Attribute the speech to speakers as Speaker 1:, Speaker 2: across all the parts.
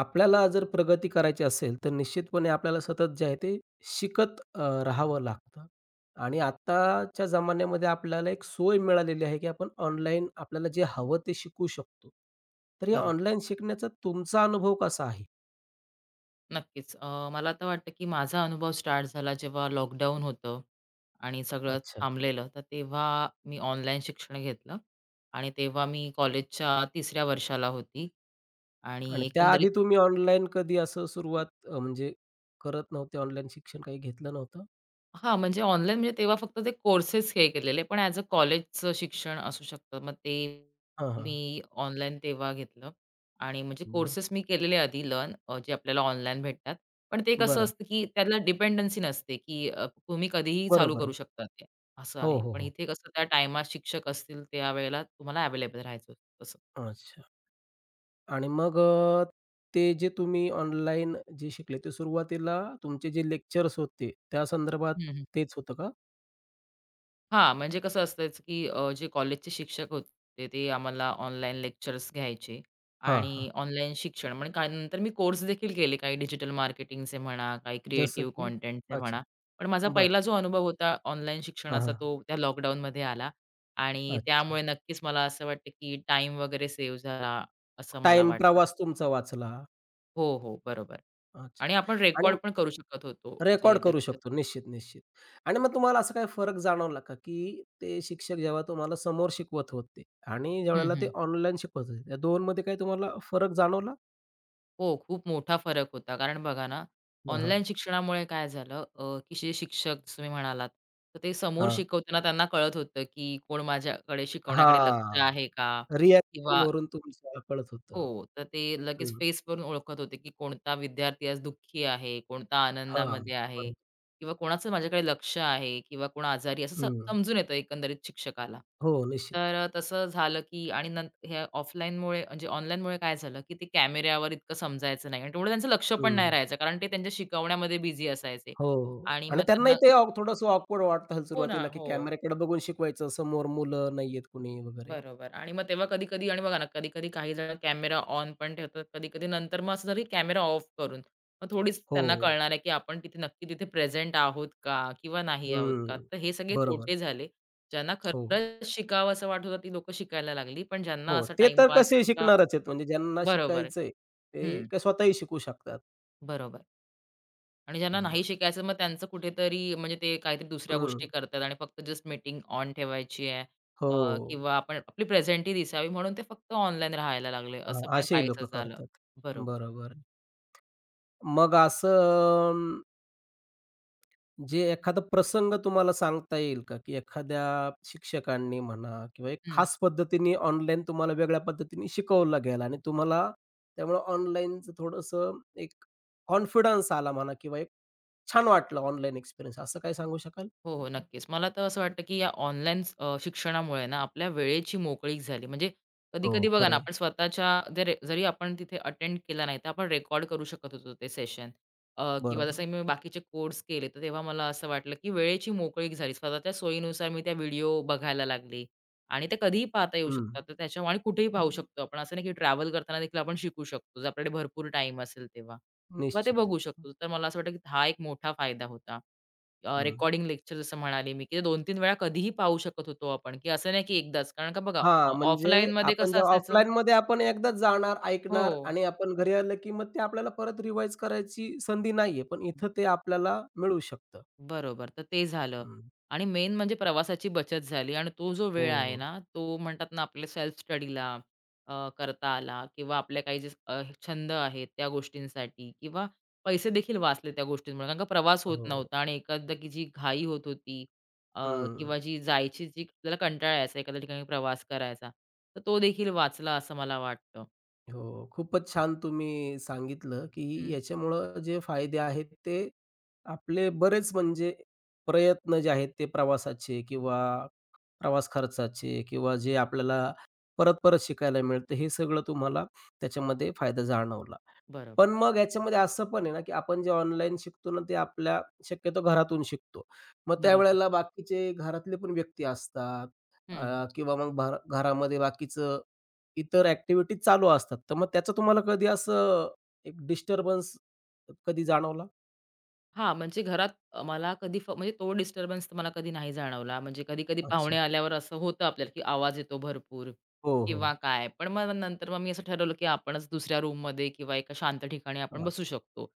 Speaker 1: आपल्याला जर प्रगती करायची असेल, तर निश्चितपणे आपल्याला सतत जे आहे ते शिकत राहावं लागतं. आणि आत्ताच्या जमान्यामध्ये आपल्याला एक सोय मिळालेली आहे, की आपण ऑनलाईन आपल्याला जे हवं ते शिकू शकतो. तर या
Speaker 2: बरोबर.
Speaker 1: ऑनलाईन शिकण्याचा तुमचा अनुभव कसा आहे?
Speaker 2: नक्कीच. मला तर वाटतं, की माझा अनुभव स्टार्ट झाला जेव्हा लॉकडाऊन होतं आणि सगळं
Speaker 1: अच्छा.
Speaker 2: थांबलेलं. तर तेव्हा मी ऑनलाईन शिक्षण घेतलं आणि तेव्हा मी कॉलेजच्या 3ऱ्या वर्षाला होती आणि
Speaker 1: आणि
Speaker 2: एकंदरीत
Speaker 1: त्याआधी तुम्ही ऑनलाईन कधी असं सुरुवात म्हणजे करत नव्हते, ऑनलाईन शिक्षण काही घेतलं नव्हतं?
Speaker 2: हां, म्हणजे ऑनलाईन म्हणजे तेव्हा फक्त ते कोर्सेस हे केलेले, पण ॲज अ कॉलेजचं शिक्षण असू शकतं. मग ते
Speaker 1: हां, हां.
Speaker 2: मी ऑनलाईन तेव्हा घेतलं आणि म्हणजे
Speaker 1: बरं.
Speaker 2: कोर्सेस मी केलेले आधी लर्न जे आपल्याला ऑनलाईन भेटतात. पण ते कसं
Speaker 1: बरं.
Speaker 2: असतं, की त्याला डिपेंडन्सी नसते, की तुम्ही कधीही चालू
Speaker 1: बरोबर
Speaker 2: करू
Speaker 1: आहे.
Speaker 2: शकता ते, असं
Speaker 1: हो,
Speaker 2: आहे.
Speaker 1: हो,
Speaker 2: पण
Speaker 1: हो.
Speaker 2: इथे कसं त्या टायमात शिक्षक असतील त्यावेळेला तुम्हाला अवेलेबल राहायचं असतं, तसं.
Speaker 1: अच्छा. आणि मग ते जे तुम्ही ऑनलाईन जे शिकले, ते सुरुवातीला तुमचे जे लेक्चर्स होते, त्या संदर्भात
Speaker 2: हं,
Speaker 1: तेच होतं का?
Speaker 2: हां, म्हणजे कसं असायचं, की जे कॉलेजचे शिक्षक होते ते आम्हाला ऑनलाईन लेक्चर्स घ्यायचे
Speaker 1: हां,
Speaker 2: आणि
Speaker 1: हां.
Speaker 2: ऑनलाईन शिक्षण म्हणजे काय नंतर मी कोर्स देखील केले काही डिजिटल मार्केटिंगचे म्हणा, काही
Speaker 1: जसं
Speaker 2: क्रिएटिव्ह
Speaker 1: की?
Speaker 2: कंटेंटचे
Speaker 1: अच्छा.
Speaker 2: म्हणा. पण माझा
Speaker 1: बरं.
Speaker 2: पहिला जो अनुभव होता ऑनलाईन
Speaker 1: हां,
Speaker 2: शिक्षणाचा
Speaker 1: हां.
Speaker 2: तो त्या लॉकडाऊनमध्ये आला आणि
Speaker 1: अच्छा.
Speaker 2: त्यामुळे नक्कीच मला असं वाटतं, की टाईम वगैरे सेव्ह झाला असं मला
Speaker 1: टाईम,
Speaker 2: वाटतं.
Speaker 1: प्रवास तुमचा वाचला.
Speaker 2: हो, हो, बरोबर. आणि
Speaker 1: अच्छा
Speaker 2: आपण
Speaker 1: आणि
Speaker 2: रेकॉर्ड पण करू शकत होतो जे
Speaker 1: रेकॉर्ड करू
Speaker 2: लेक्चर
Speaker 1: शकतो. निश्चित, निश्चित. आणि मग तुम्हाला असा काही फरक जाणवला का, की ते शिक्षक जेव्हा तुम्हाला समोर शिकवत होते आणि ज्यावेळेला ते ऑनलाईन शिकवत होते, त्या दोनमध्ये काही तुम्हाला फरक जाणवला?
Speaker 2: हो, खूप मोठा फरक होता. कारण बघा ना,
Speaker 1: हां, हां.
Speaker 2: ऑनलाईन शिक्षणामुळे काय झालं की जे शिक्षक तुम्ही म्हणालात, तर ते समोर
Speaker 1: हां.
Speaker 2: शिकवताना त्यांना कळत होतं, की कोण माझ्याकडे शिकवण्याकडे लक्ष आहे
Speaker 1: हां.
Speaker 2: का? किंवा
Speaker 1: रिॲक्शनवरून तुमचं आपळत होतं.
Speaker 2: हो. तर ते लगेच
Speaker 1: हं.
Speaker 2: फेसवरून ओळखत होते, की कोणता विद्यार्थी आज दुःखी आहे, कोणता
Speaker 1: हां.
Speaker 2: आनंदामध्ये आहे
Speaker 1: बरोबर.
Speaker 2: किंवा कोणाचं माझ्याकडे लक्ष आहे किंवा कोण आजारी आहे, असं
Speaker 1: हं.
Speaker 2: समजून येतं एकंदरीत शिक्षकाला.
Speaker 1: हो, निश्चित.
Speaker 2: तर तसं झालं, की आणि नंतर हे ऑफलाईनमुळे म्हणजे ऑनलाईनमुळे काय झालं, की ते कॅमेऱ्यावर इतकं समजायचं नाही आणि तेवढं त्यांचं लक्ष पण नाही
Speaker 1: हं.
Speaker 2: राहायचं कारण ते त्यांच्या शिकवण्यामध्ये बिझी असायचे
Speaker 1: हो. हो.
Speaker 2: आणि मग
Speaker 1: आणि त्यांनाही
Speaker 2: त्यांना
Speaker 1: ते थोडंसं ऑकवर्ड वाटत असेल
Speaker 2: हो ना.
Speaker 1: सुरुवातीला, की
Speaker 2: हो.
Speaker 1: कॅमेऱ्याकडे बघून शिकवायचं, समोर मुलं नाहीयेत कुणी वगैरे.
Speaker 2: बरोबर आणि मग तेव्हा कधी-कधी आणि बघा ना, कधी-कधी काही जण कॅमेरा ऑन पण ठेवतात, कधी-कधी नंतर मग असं झालं की कॅमेरा ऑफ करून. मग थोडीच
Speaker 1: हो.
Speaker 2: त्यांना कळणार आहे की आपण तिथे तिथे प्रेझेंट आहोत का किंवा नाही आहोत का?
Speaker 1: हं.
Speaker 2: तर हे सगळे
Speaker 1: बरोबर.
Speaker 2: तोटे झाले. ज्यांना
Speaker 1: हो.
Speaker 2: खरंच शिकावं असं वाटत होतं ती लोकं शिकायला लागली, पण
Speaker 1: हो.
Speaker 2: ज्यांना असं
Speaker 1: ते तर
Speaker 2: टाईमपास
Speaker 1: कसे
Speaker 2: किंवा
Speaker 1: शिकणारच आहेत म्हणजे ज्यांना
Speaker 2: बरोबर.
Speaker 1: शिकायचंय ते
Speaker 2: हं,
Speaker 1: काय स्वतःही शिकू शकतात.
Speaker 2: बरोबर. आणि ज्यांना
Speaker 1: बरं.
Speaker 2: नाही शिकायचं मग त्यांचं कुठेतरी म्हणजे ते काहीतरी दुसऱ्या गोष्टी
Speaker 1: हं.
Speaker 2: करतात आणि फक्त जस्ट मीटिंग ऑन ठेवायची आहे
Speaker 1: हो.
Speaker 2: किंवा आपण आपली प्रेझेंटी दिसावी म्हणून ते फक्त ऑनलाईन राहायला लागले.
Speaker 1: हां,
Speaker 2: असं पण
Speaker 1: असेही
Speaker 2: काहीसं
Speaker 1: लोकं
Speaker 2: झालं.
Speaker 1: करतात.
Speaker 2: बरोबर.
Speaker 1: बरोबर. मग असं जे एखादा प्रसंग तुम्हाला सांगता येईल का, की एखाद्या शिक्षकांनी म्हणा किंवा एक
Speaker 2: हं.
Speaker 1: खास पद्धतीने ऑनलाईन तुम्हाला वेगळ्या पद्धतीने शिकवला गेला आणि तुम्हाला त्यामुळं ऑनलाईनचं थोडंसं एक कॉन्फिडन्स आला म्हणा किंवा एक छान वाटलं ऑनलाईन एक्सपिरियन्स असं काही सांगू शकाल?
Speaker 2: हो, हो. नक्कीच. मला तर असं वाटतं, की या ऑनलाईन शिक्षणामुळे ना आपल्या वेळेची मोकळीक झाली. म्हणजे
Speaker 1: हो,
Speaker 2: कधी-कधी बघा
Speaker 1: खरं
Speaker 2: ना,
Speaker 1: आहे.
Speaker 2: आपण स्वतःच्या जर जरी आपण तिथे अटेंड केला नाही, तर आपण रेकॉर्ड करू शकत होतो ते सेशन. किंवा
Speaker 1: बरोबर.
Speaker 2: जसं मी बाकीचे कोर्स केले, तर तेव्हा मला असं वाटलं, की वेळेची मोकळीक झाली. स्वतःच्या सोयीनुसार मी त्या व्हिडिओ बघायला लागले आणि ते कधीही पाहता येऊ
Speaker 1: हं,
Speaker 2: शकतात. तर त्याच्यामुळे आणि कुठेही पाहू शकतो आपण. असं नाही, की ट्रॅव्हल करताना देखील आपण शिकू शकतो. जर आपल्याकडे भरपूर टाईम असेल तेव्हा किंवा ते
Speaker 1: निश्चित.
Speaker 2: बघू शकतो. तर मला असं वाटतं, की हा एक मोठा फायदा होता.
Speaker 1: हं.
Speaker 2: रेकॉर्डिंग लेक्चर जसं म्हणाले मी, की 2-3 वेळा कधीही पाहू शकत होतो आपण, की असं नाही की एकदाच. कारण का बघा,
Speaker 1: हां, म्हणजे
Speaker 2: ऑफलाईनमध्ये
Speaker 1: आपण
Speaker 2: कसं
Speaker 1: जेव्हा
Speaker 2: असायचं
Speaker 1: ऑफलाईनमध्ये आपण एकदा जाणार,
Speaker 2: हो.
Speaker 1: ऐकणार आणि आपण घरी आलं, की मग ते आपल्याला परत रिवाईज करायची संधी नाहीये, पण इथं ते आपल्याला मिळू शकतं.
Speaker 2: बरोबर. तर ते झालं आणि मेन म्हणजे प्रवासाची बचत झाली आणि तो जो वेळ आहे
Speaker 1: हो,
Speaker 2: ना, तो म्हणतात ना आपल्या सेल्फ स्टडीला करता आला किंवा आपल्या काही जे छंद आहेत त्या गोष्टींसाठी किंवा पैसे देखील वाचले त्या गोष्टींमुळे. कारण का प्रवास होत
Speaker 1: हो.
Speaker 2: नव्हता आणि एखादा की जी घाई होत होती अ,
Speaker 1: हं.
Speaker 2: किंवा जी जायची जी आपल्याला कंटाळा यायचा एखाद्या ठिकाणी प्रवास करायचा, तर तो देखील वाचला असं मला वाटतं.
Speaker 1: हो, खूपच छान तुम्ही सांगितलं, की
Speaker 2: हं.
Speaker 1: याच्यामुळं जे फायदे आहेत ते आपले बरेच म्हणजे प्रयत्न जे आहेत ते प्रवासाचे किंवा प्रवास खर्चाचे किंवा जे आपल्याला परत-परत शिकायला मिळतं, हे सगळं तुम्हाला त्याच्यामध्ये फायदा जाणवला.
Speaker 2: बरोबर,
Speaker 1: पण मग ह्याच्यामध्ये असं पण आहे ना, की आपण जे ऑनलाईन शिकतो ना, ते आपल्या शक्यतो घरातून शिकतो. मग
Speaker 2: बरोबर.
Speaker 1: त्यावेळेला बाकीचे घरातले पण व्यक्ती असतात
Speaker 2: हं.
Speaker 1: किंवा मग भर घरामध्ये बाकीचं इतर ॲक्टिव्हिटीज चालू असतात. तर मग त्याचं तुम्हाला कधी असं एक डिस्टर्बन्स कधी जाणवला?
Speaker 2: हां, म्हणजे घरात मला कधी म्हणजे तो डिस्टर्बन्स मला कधी नाही जाणवला. म्हणजे कधी-कधी पाहुणे
Speaker 1: अच्छा.
Speaker 2: आल्यावर असं होतं आपल्याला, की आवाज येतो भरपूर
Speaker 1: हो,
Speaker 2: किंवा
Speaker 1: हो.
Speaker 2: काय. पण नंतर मी असं ठरवलं, की आपणच दुसऱ्या रूममध्ये किंवा एका शांत ठिकाणी आपण बसू
Speaker 1: अच्छा.
Speaker 2: शकतो.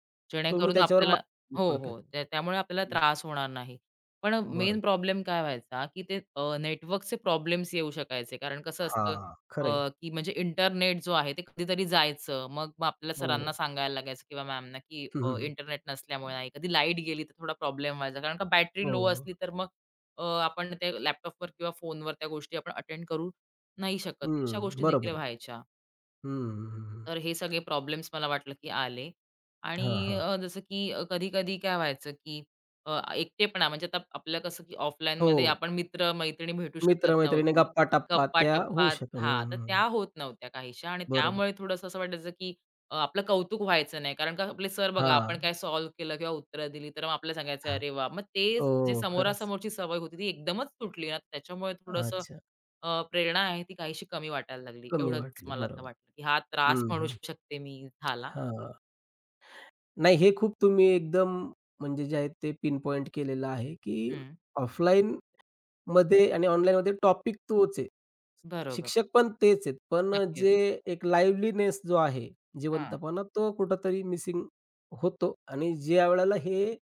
Speaker 1: तुम्ही
Speaker 2: जेणेकरून
Speaker 1: त्याच्यावर
Speaker 2: आपल्याला
Speaker 1: मात
Speaker 2: हो,
Speaker 1: थोडक्यात.
Speaker 2: हो. त्यामुळे आपल्याला
Speaker 1: हं.
Speaker 2: त्रास होणार नाही. पण मेन
Speaker 1: बरोबर.
Speaker 2: प्रॉब्लेम काय व्हायचा, की ते नेटवर्कचे प्रॉब्लेम्स येऊ शकायचे. कारण कसं असतं
Speaker 1: हां, खरं
Speaker 2: की म्हणजे इंटरनेट जो आहे ते कधीतरी जायचं. मग मग आपल्याला सरांना
Speaker 1: हो.
Speaker 2: सांगायला लागायचं किंवा मॅमना, की
Speaker 1: हं,
Speaker 2: इंटरनेट नसल्यामुळे नाही. कधी लाईट गेली तर थोडा प्रॉब्लेम व्हायचा. कारण का बॅटरी
Speaker 1: हो,
Speaker 2: लो
Speaker 1: हो.
Speaker 2: असली तर मग आपण ते लॅपटॉपवर किंवा फोनवर त्या गोष्टी आपण अटेंड करू नाही शकत. अशा गोष्टी देखील
Speaker 1: बरोबर आहे.
Speaker 2: व्हायच्या.
Speaker 1: हं, हं, हं, हं.
Speaker 2: तर हे सगळे प्रॉब्लेम्स मला वाटलं की आले. आणि
Speaker 1: हां,
Speaker 2: जसं की कधी-कधी काय व्हायचं की एकटेपणा म्हणजे आता आपलं कसं की
Speaker 1: हो.
Speaker 2: ऑफलाईनमध्ये आपण मित्र-मैत्रिणी भेटू शकत
Speaker 1: मित्र-मैत्रिणी,
Speaker 2: नव्हती.
Speaker 1: गप्पा-टप्पा त्या होऊ
Speaker 2: गप्पा-टप्पा
Speaker 1: शकतात.
Speaker 2: हां,
Speaker 1: हं,
Speaker 2: तर त्या
Speaker 1: हं.
Speaker 2: होत नव्हत्या काहीशा आणि
Speaker 1: बरोबर.
Speaker 2: त्यामुळे थोडंसं असं वाटायचं की आपलं कौतुक व्हायचं नाही. कारण का आपले सर बघा आपण
Speaker 1: हां.
Speaker 2: काय सॉल्व्ह केलं किंवा उत्तरं दिली तर मग आपल्याला सांगायचं, "अरे वाह!" मग तेच जे
Speaker 1: हो, खरंच.
Speaker 2: समोरासमोरची सवय होती ती एकदमच तुटली ना, त्याच्यामुळे थोडंसं
Speaker 1: अच्छा.
Speaker 2: प्रेरणा आहे ती काहीशी कमी वाटायला लागली.
Speaker 1: कमी
Speaker 2: एवढंच
Speaker 1: वाटली.
Speaker 2: मला आता
Speaker 1: बरोबर.
Speaker 2: वाटलं, की हा त्रास
Speaker 1: हं,
Speaker 2: म्हणू
Speaker 1: हं.
Speaker 2: शकते मी झाला.
Speaker 1: हां. नाही हे खूप तुम्ही एकदम म्हणजे जे आहे ते पिनपॉइंट केलेलं आहे, की
Speaker 2: हं.
Speaker 1: ऑफलाईन मध्ये आणि ऑनलाईनमध्ये टॉपिक तोच आहे.
Speaker 2: बरोबर.
Speaker 1: शिक्षक पण तेच आहेत. पण
Speaker 2: नक्कीच.
Speaker 1: जे एक लाईव्हलीनेस जो आहे,
Speaker 2: हां.
Speaker 1: जिवंतपणा तो कुठेतरी मिसिंग होतो आणि ज्या वेळेला हे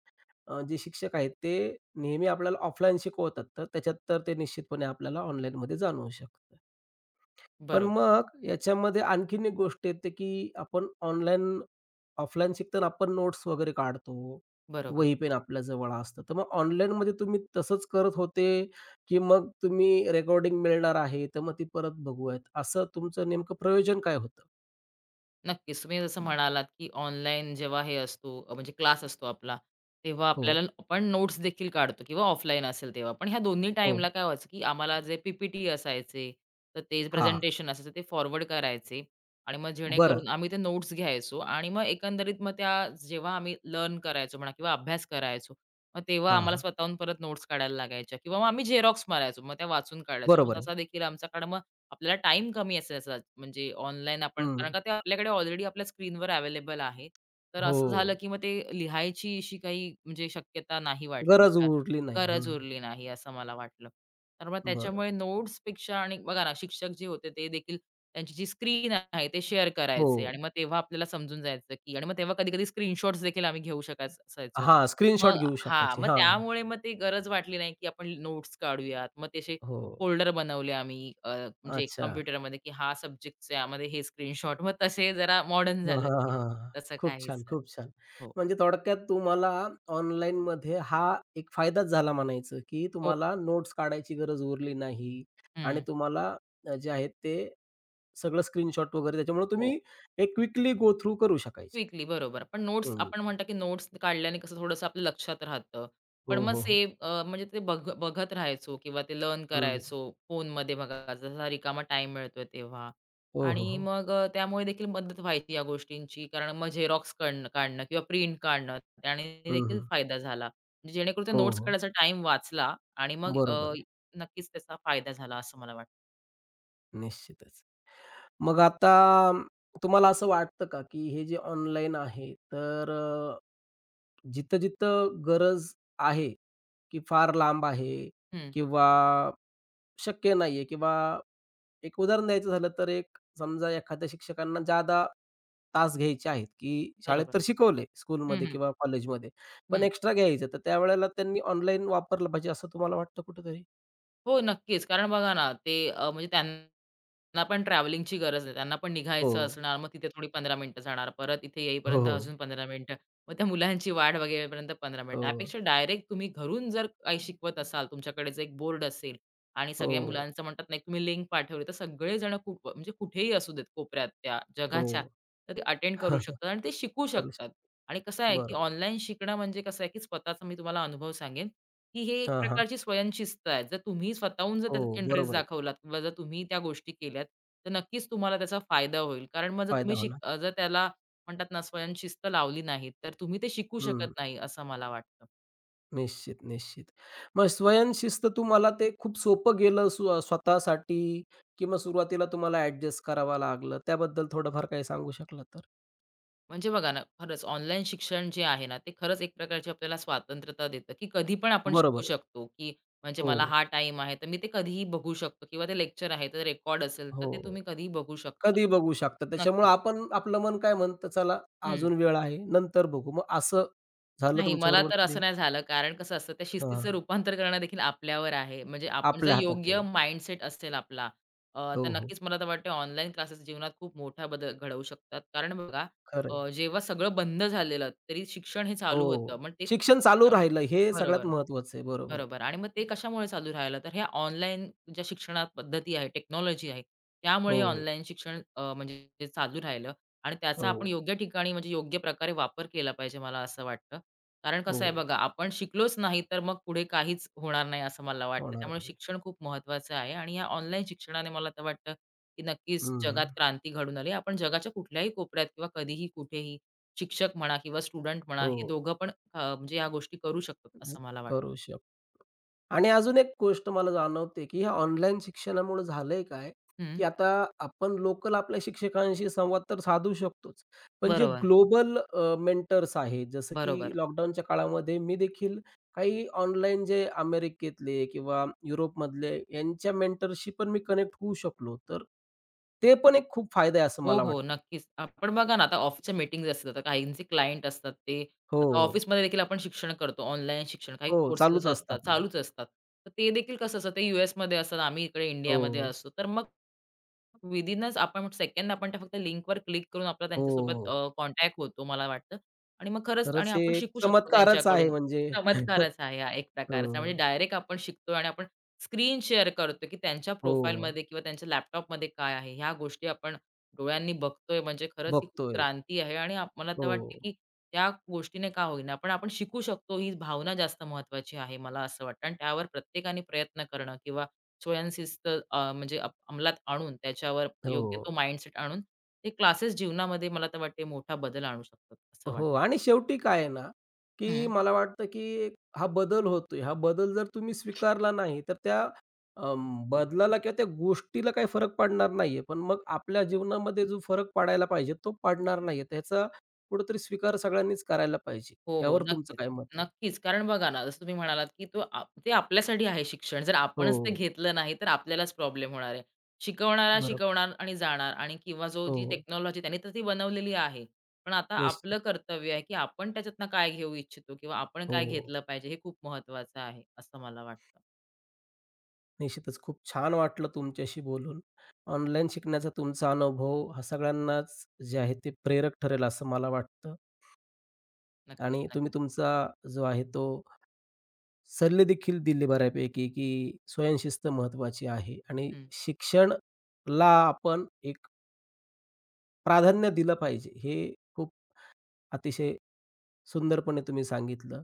Speaker 1: जे शिक्षक आहेत ते नेहमी आपल्याला ऑफलाईन शिकवतात. तर त्याच्यात तर ते निश्चितपणे आपल्याला ऑनलाईनमध्ये जाणवू शकतं. पण
Speaker 2: बरोबर,
Speaker 1: मग याच्यामध्ये आणखीन एक गोष्ट येते, की आपण ऑनलाईन ऑफलाईन शिकताना आपण नोट्स वगैरे काढतो.
Speaker 2: बरोबर.
Speaker 1: वही पेन आपल्या जवळ असतं. तर मग ऑनलाईनमध्ये तुम्ही तसंच करत होते, की मग तुम्ही रेकॉर्डिंग मिळणार आहे, तर मग ती परत बघूयात, असं तुमचं नेमकं प्रयोजन काय होतं?
Speaker 2: नक्कीच. तुम्ही जसं हं. म्हणालात, की ऑनलाईन जेव्हा हे असतो म्हणजे क्लास असतो आपला, तेव्हा
Speaker 1: हो,
Speaker 2: आपल्याला आपण नोट्स देखील काढतो किंवा ऑफलाईन असेल तेव्हा. पण ह्या दोन्ही
Speaker 1: हो.
Speaker 2: टाईमला काय व्हायचं, की आम्हाला जे पी टी असायचे, तर ते
Speaker 1: हां.
Speaker 2: प्रेझेंटेशन असायचं ते फॉरवर्ड करायचे आणि मग
Speaker 1: बरं.
Speaker 2: जेणेकरून आम्ही ते नोट्स घ्यायचो आणि मग एकंदरीत मग त्या जेव्हा आम्ही लर्न करायचो म्हणा किंवा अभ्यास करायचो, मग तेव्हा
Speaker 1: हां,
Speaker 2: आम्हाला
Speaker 1: हां.
Speaker 2: स्वतःहून परत नोट्स काढायला लागायच्या किंवा मग आम्ही झेरॉक्स मारायचो. मग त्या वाचून काढायचो.
Speaker 1: बरोबर
Speaker 2: मग
Speaker 1: आहे.
Speaker 2: तसा देखील आमच्याकडे आपल्याला टाइम कमी असायचा म्हणजे ऑनलाईन आपण कारण
Speaker 1: हं.
Speaker 2: का ते आपल्याकडे ऑलरेडी आपल्या स्क्रीनवर अवेलेबल आहे. तर असं झालं,
Speaker 1: हो.
Speaker 2: की मग ते लिहायची अशी काही म्हणजे शक्यता नाही वाटली.
Speaker 1: गरज
Speaker 2: का
Speaker 1: उरली नाही. हं.
Speaker 2: गरज उरली नाही असं मला वाटलं. तर मग
Speaker 1: बरं.
Speaker 2: त्याच्यामुळे नोट्सपेक्षा आणि बघा ना शिक्षक जे होते ते देखील त्यांची जी स्क्रीन आहे ते शेअर
Speaker 1: हो.
Speaker 2: करायचे आणि मग तेव्हा आपल्याला समजून जायचं, की आणि मग तेव्हा कधी-कधी स्क्रीनशॉट्स देखील आम्ही घेऊ शकायच असायचो.
Speaker 1: हां,
Speaker 2: मग
Speaker 1: स्क्रीनशॉट घेऊ
Speaker 2: हां,
Speaker 1: शकायचे.
Speaker 2: मग
Speaker 1: हां.
Speaker 2: त्यामुळे मग ते गरज वाटली नाही, की आपण नोट्स काढूयात. मग तसे
Speaker 1: हो.
Speaker 2: फोल्डर बनवले आम्ही म्हणजे
Speaker 1: अच्छा.
Speaker 2: कॉम्प्युटरमध्ये, की हा सब्जेक्टचा यामध्ये हे स्क्रीनशॉट. मग तसे जरा मॉडर्न
Speaker 1: हां,
Speaker 2: झालं,
Speaker 1: हां,
Speaker 2: की
Speaker 1: हां, हां.
Speaker 2: तसं
Speaker 1: खूप छान,
Speaker 2: काहीसं.
Speaker 1: खूप छान.
Speaker 2: हो.
Speaker 1: म्हणजे थोडक्यात तुम्हाला ऑनलाईनमध्ये हा एक फायदाच झाला म्हणायचं, की
Speaker 2: हो.
Speaker 1: तुम्हाला नोट्स काढायची गरज उरली नाही आणि
Speaker 2: हं.
Speaker 1: तुम्हाला जे आहे ते सगळं स्क्रीनशॉट वगैरे त्याच्यामुळे
Speaker 2: हो.
Speaker 1: तुम्ही एक क्विकली गो थ्रू करू शकायच्या.
Speaker 2: क्विकली बरोबर. पण नोट्स
Speaker 1: हं.
Speaker 2: आपण म्हणतो, की नोट्स काढल्याने कसं थोडंसं आपल्या लक्षात राहतं.
Speaker 1: हो,
Speaker 2: पण मग
Speaker 1: हो, हो.
Speaker 2: सेव्ह म्हणजे ते बघत राहायचो किंवा ते लर्न
Speaker 1: हं.
Speaker 2: करायचो फोनमध्ये बघा, जसा रिकामा टाईम मिळतोय तेव्हा.
Speaker 1: हो, हो,
Speaker 2: आणि
Speaker 1: हो.
Speaker 2: मग त्यामुळे देखील मदत व्हायची या गोष्टींची. कारण मग झेरॉक्स काढणं काढणं किंवा प्रिंट काढणं त्याने
Speaker 1: हं,
Speaker 2: देखील
Speaker 1: हं.
Speaker 2: फायदा झाला. म्हणजे जेणेकरून ते
Speaker 1: हो,
Speaker 2: नोट्स
Speaker 1: हो.
Speaker 2: काढायचा टाईम वाचला आणि मग
Speaker 1: बरोबर आहे.
Speaker 2: नक्कीच त्याचा फायदा झाला असं मला वाटतं.
Speaker 1: निश्चितच. मग आता अम, तुम्हाला असं वाटतं का, की हे जे ऑनलाईन आहे, तर जिथं-जिथं गरज आहे, की फार लांब आहे
Speaker 2: हं,
Speaker 1: किंवा शक्य नाहीये किंवा एक उदाहरण द्यायचं झालं, तर एक समजा एखाद्या शिक्षकांना ज्यादा तास घ्यायचे आहेत, की शाळेत
Speaker 2: बरोबर.
Speaker 1: तर शिकवले
Speaker 2: हं,
Speaker 1: स्कूलमध्ये
Speaker 2: हं,
Speaker 1: किंवा कॉलेजमध्ये, पण
Speaker 2: हं.
Speaker 1: एक्स्ट्रा घ्यायचं, तर त्यावेळेला त्यांनी ऑनलाईन वापरलं पाहिजे असं तुम्हाला वाटतं कुठेतरी?
Speaker 2: हो, नक्कीच. कारण बघा ना, ते म्हणजे त्यांना त्यांना पण ट्रॅव्हलिंगची गरज आहे. त्यांना पण निघायचं
Speaker 1: हो.
Speaker 2: असणार. मग तिथे थोडी 15 मिनिटं जाणार. परत इथे
Speaker 1: हो,
Speaker 2: येईपर्यंत
Speaker 1: हो.
Speaker 2: अजून 15 मिनिटं. मग त्या मुलांची वाट बघेपर्यंत 15 मिनिटं.
Speaker 1: हो,
Speaker 2: त्यापेक्षा डायरेक्ट तुम्ही घरून जर काही शिकवत असाल, तुमच्याकडेच एक बोर्ड असेल आणि सगळ्या
Speaker 1: हो,
Speaker 2: मुलांचं म्हणतात ना, एक तुम्ही लिंक पाठवली, तर सगळेजण खूप म्हणजे कुठेही असू देत कोपऱ्यात त्या जगाच्या,
Speaker 1: हो.
Speaker 2: तर ते अटेंड करू शकतात आणि ते शिकू
Speaker 1: करू
Speaker 2: शकतात.
Speaker 1: शकतो.
Speaker 2: आणि कसं आहे, की
Speaker 1: बरोबर.
Speaker 2: ऑनलाईन शिकणं म्हणजे कसं आहे, की स्वतःचा मी तुम्हाला अनुभव सांगेन. की हे एक
Speaker 1: हां, हां.
Speaker 2: प्रकारची स्वयंशिस्त आहे. तुम्ही स्वतःहून जर
Speaker 1: हो,
Speaker 2: त्याच्यात इंटरेस्ट
Speaker 1: बरोबर आहे.
Speaker 2: दाखवलात किंवा जर तुम्ही त्या गोष्टी केल्यात, तर नक्कीच तुम्हाला त्याचा फायदा होईल. कारण मग जर
Speaker 1: फायदा
Speaker 2: तुम्ही
Speaker 1: होणार आहे.
Speaker 2: जर त्याला म्हणतात ना स्वयंशिस्त लावली नाही, तर तुम्ही ते शिकू शकत
Speaker 1: हं.
Speaker 2: नाही असं मला वाटतं.
Speaker 1: निश्चित, निश्चित. मग स्वयंशिस्त तुम्हाला ते खूप सोपं गेलं स्वतःसाठी किंवा सुरुवातीला तुम्हाला ॲडजस्ट करावं लागलं? त्याबद्दल थोडंफार काही सांगू शकला तर?
Speaker 2: म्हणजे बघा ना, खरंच ऑनलाईन शिक्षण जे आहे ना, ते खरंच एक प्रकारची आपल्याला स्वातंत्र्यता देतं, की कधी पण आपण शिकू
Speaker 1: बरोबर आहे.
Speaker 2: शकतो, की म्हणजे
Speaker 1: हो,
Speaker 2: मला हा टाईम आहे, तर मी ते कधीही बघू शकतो किंवा ते लेक्चर आहे, तर रेकॉर्ड असेल, तर ते
Speaker 1: हो.
Speaker 2: तुम्ही कधीही बघू शकता.
Speaker 1: कधी बघू शकता. त्याच्यामुळं
Speaker 2: नक्कीच.
Speaker 1: आपण आपलं मन काय म्हणतं, चला
Speaker 2: हं.
Speaker 1: अजून वेळ आहे, नंतर बघू. मग असं झालं
Speaker 2: नाही, मला
Speaker 1: तुमच्याबरोबर
Speaker 2: तर
Speaker 1: कधी?
Speaker 2: असं नाही झालं. कारण कसं असतं त्या शिस्तीचं
Speaker 1: हां.
Speaker 2: रूपांतर करणं देखील आपल्यावर आहे. म्हणजे आपण जर
Speaker 1: आपल्या हातात आहे.
Speaker 2: योग्य माइंडसेट असेल आपला तर
Speaker 1: हो, हो.
Speaker 2: नक्कीच मला तर वाटतं ऑनलाईन क्लासेस जीवनात खूप मोठा बदल घडवू शकतात. कारण बघा
Speaker 1: खरं
Speaker 2: जेव्हा सगळं बंद झालेलं तरी शिक्षण हे चालू होतं.
Speaker 1: हो.
Speaker 2: मग ते
Speaker 1: शिक्षण चालू राहिलं हे
Speaker 2: बरोबर.
Speaker 1: सगळ्यात महत्त्वाचं आहे. बरोबर आहे.
Speaker 2: बरोबर आणि मग ते कशामुळे चालू राहिलं, तर हे ऑनलाईन ज्या शिक्षणा पद्धती आहे, टेक्नॉलॉजी आहे, त्यामुळे हे
Speaker 1: हो,
Speaker 2: ऑनलाईन शिक्षण म्हणजे जे चालू राहिलं आणि त्याचा
Speaker 1: हो.
Speaker 2: आपण योग्य ठिकाणी म्हणजे योग्य प्रकारे वापर केला पाहिजे, मला असं वाटतं. कारण
Speaker 1: हो,
Speaker 2: कसं आहे बघा, आपण शिकलोच नाही, तर मग पुढे काहीच होणार नाही, असं मला वाटतं.
Speaker 1: होणार
Speaker 2: त्यामुळे
Speaker 1: नाही.
Speaker 2: शिक्षण खूप महत्त्वाचं आहे आणि या ऑनलाईन शिक्षणाने मला तर वाटतं, की नक्कीच
Speaker 1: हं.
Speaker 2: जगात क्रांती घडून आली. आपण जगाच्या कुठल्याही कोपऱ्यात किंवा कधीही, कुठेही शिक्षक म्हणा किंवा स्टुडंट म्हणा, हे
Speaker 1: हो,
Speaker 2: दोघं पण म्हणजे या गोष्टी करू शकतो,
Speaker 1: ज
Speaker 2: असं मला वाटतं.
Speaker 1: करू शकतो. आणि अजून एक गोष्ट मला जाणवते, की हे ऑनलाईन शिक्षणामुळे झालंय काय,
Speaker 2: हं.
Speaker 1: की आता आपण लोकल आपल्या शिक्षकांशी संवाद तर साधू शकतोच. पण जे
Speaker 2: बरोबर,
Speaker 1: ग्लोबल मेंटर्स आहेत, जसं की
Speaker 2: बरोबर.
Speaker 1: लॉकडाऊनच्या काळामध्ये मी देखील काही ऑनलाईन जे अमेरिकेतले किंवा युरोपमधले यांच्या मेंटरशी पण मी कनेक्ट होऊ शकलो. तर ते पण एक खूप फायदा आहे असं
Speaker 2: हो,
Speaker 1: मला
Speaker 2: हो.
Speaker 1: वाटतं.
Speaker 2: नक्कीच. आपण बघा ना, आता ऑफिसच्या मीटिंग्ज असतात. आता काहींचे क्लायंट असतात ते. आता
Speaker 1: हो,
Speaker 2: ऑफिसमध्ये देखील आपण शिक्षण करतो, ऑनलाईन शिक्षण. काही
Speaker 1: हो.
Speaker 2: कोर्सेस
Speaker 1: चालूच असतं
Speaker 2: असतात,
Speaker 1: आपलं.
Speaker 2: चालूच असतात. तर ते देखील कसं असतं, ते यूएसमध्ये असतात, आम्ही इकडे इंडियामध्ये
Speaker 1: हो,
Speaker 2: असतो. तर मग विदिनच आपण सेकंद त्या फक्त लिंकवर क्लिक करून आपला
Speaker 1: हो,
Speaker 2: त्यांच्यासोबत
Speaker 1: हो.
Speaker 2: कॉन्टॅक्ट होतो मला वाटतं आणि मग खरंच आणि
Speaker 1: खरंच हे
Speaker 2: आपण
Speaker 1: एक
Speaker 2: शिकू शकतो
Speaker 1: चमत्कारच आहे
Speaker 2: त्यांच्याकडून.
Speaker 1: म्हणजे
Speaker 2: चमत्कारच आहे हा एक प्रकारचा. म्हणजे डायरेक्ट आपण शिकतोय आणि आपण स्क्रीन शेअर करतो, की त्यांच्या
Speaker 1: हो, हो.
Speaker 2: प्रोफाईलमध्ये किंवा त्यांच्या लॅपटॉपमध्ये काय आहे, ह्या गोष्टी आपण डोळ्यांनी बघतोय म्हणजे खरंच ही खूप
Speaker 1: बघतोय.
Speaker 2: क्रांती आहे आणि मला तर
Speaker 1: हो,
Speaker 2: वाटते की त्या गोष्टीने का होईना पण आपण शिकू शकतो ही भावना जास्त महत्वाची आहे मला असं वाटतं आणि त्यावर प्रत्येकाने प्रयत्न करणं किंवा स्वयंशिस्त म्हणजे अंमलात आणून त्याच्यावर योग्य तो
Speaker 1: हो,
Speaker 2: माइंडसेट आणून ते क्लासेस जीवनामध्ये मला तर वाटते मोठा बदल आणू शकतात असं
Speaker 1: हो आणि शेवटी काय आहे ना, की
Speaker 2: वाटतं
Speaker 1: मला वाटतं की हा बदल होतोय. हा बदल जर तुम्ही स्वीकारला नाही, तर त्या बदलाला किंवा त्या गोष्टीला काही फरक पडणार नाहीये. पण मग आपल्या जीवनामध्ये जो फरक पडायला पाहिजे, तो पडणार नाहीये. त्याचा कुठेतरी स्वीकार सगळ्यांनीच करायला पाहिजे.
Speaker 2: हो, हो.
Speaker 1: यावर तुमचं
Speaker 2: नक्कीच.
Speaker 1: काय मत आहे?
Speaker 2: नक्कीच. कारण बघा ना, जसं तुम्ही म्हणालात, की तो आप ते आपल्यासाठी आहे शिक्षण. जर आपणच ते
Speaker 1: हो,
Speaker 2: घेतलं नाही, तर आपल्यालाच प्रॉब्लेम होणार आहे. शिकवणारा
Speaker 1: बरोबर.
Speaker 2: शिकवणार आणि जाणार आणि किंवा जो जी
Speaker 1: हो,
Speaker 2: टेक्नॉलॉजी त्याने तर ती बनवलेली आहे. पण आता आपलं
Speaker 1: निश्चित.
Speaker 2: कर्तव्य आहे, की आपण त्याच्यातनं काय घेऊ इच्छितो किंवा आपण काय
Speaker 1: हो.
Speaker 2: घेतलं पाहिजे हे खूप महत्वाचं आहे, असं मला वाटतं.
Speaker 1: निश्चितच. खूप छान वाटलं तुमच्याशी बोलून. ऑनलाईन शिकण्याचा तुमचा अनुभव हा सगळ्यांनाच जे आहे ते प्रेरक ठरेल असं मला वाटतं
Speaker 2: नक्कीच,
Speaker 1: आणि
Speaker 2: नक्कीच.
Speaker 1: तुम्ही तुमचा जो आहे तो सल्ले देखील दिले बऱ्यापैकी, की स्वयंशिस्त महत्त्वाची आहे आणि शिक्षणला आपण एक प्राधान्य दिलं पाहिजे. हे खूप अतिशय सुंदरपणे तुम्ही सांगितलं.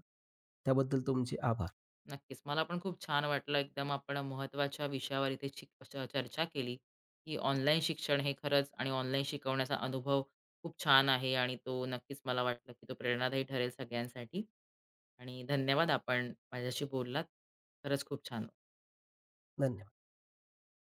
Speaker 1: त्याबद्दल तुमचे आभार.
Speaker 2: नक्कीच. मला पण खूप छान वाटलं. एकदम आपण महत्त्वाच्या विषयावर इथे शिक च चर्चा केली, की ऑनलाईन शिक्षण हे खरंच आणि ऑनलाईन शिकवण्याचा अनुभव खूप छान आहे आणि तो नक्कीच मला वाटलं, की तो प्रेरणादायी ठरेल सगळ्यांसाठी. आणि धन्यवाद आपण माझ्याशी बोललात. खरंच खूप छान
Speaker 1: धन्यवाद.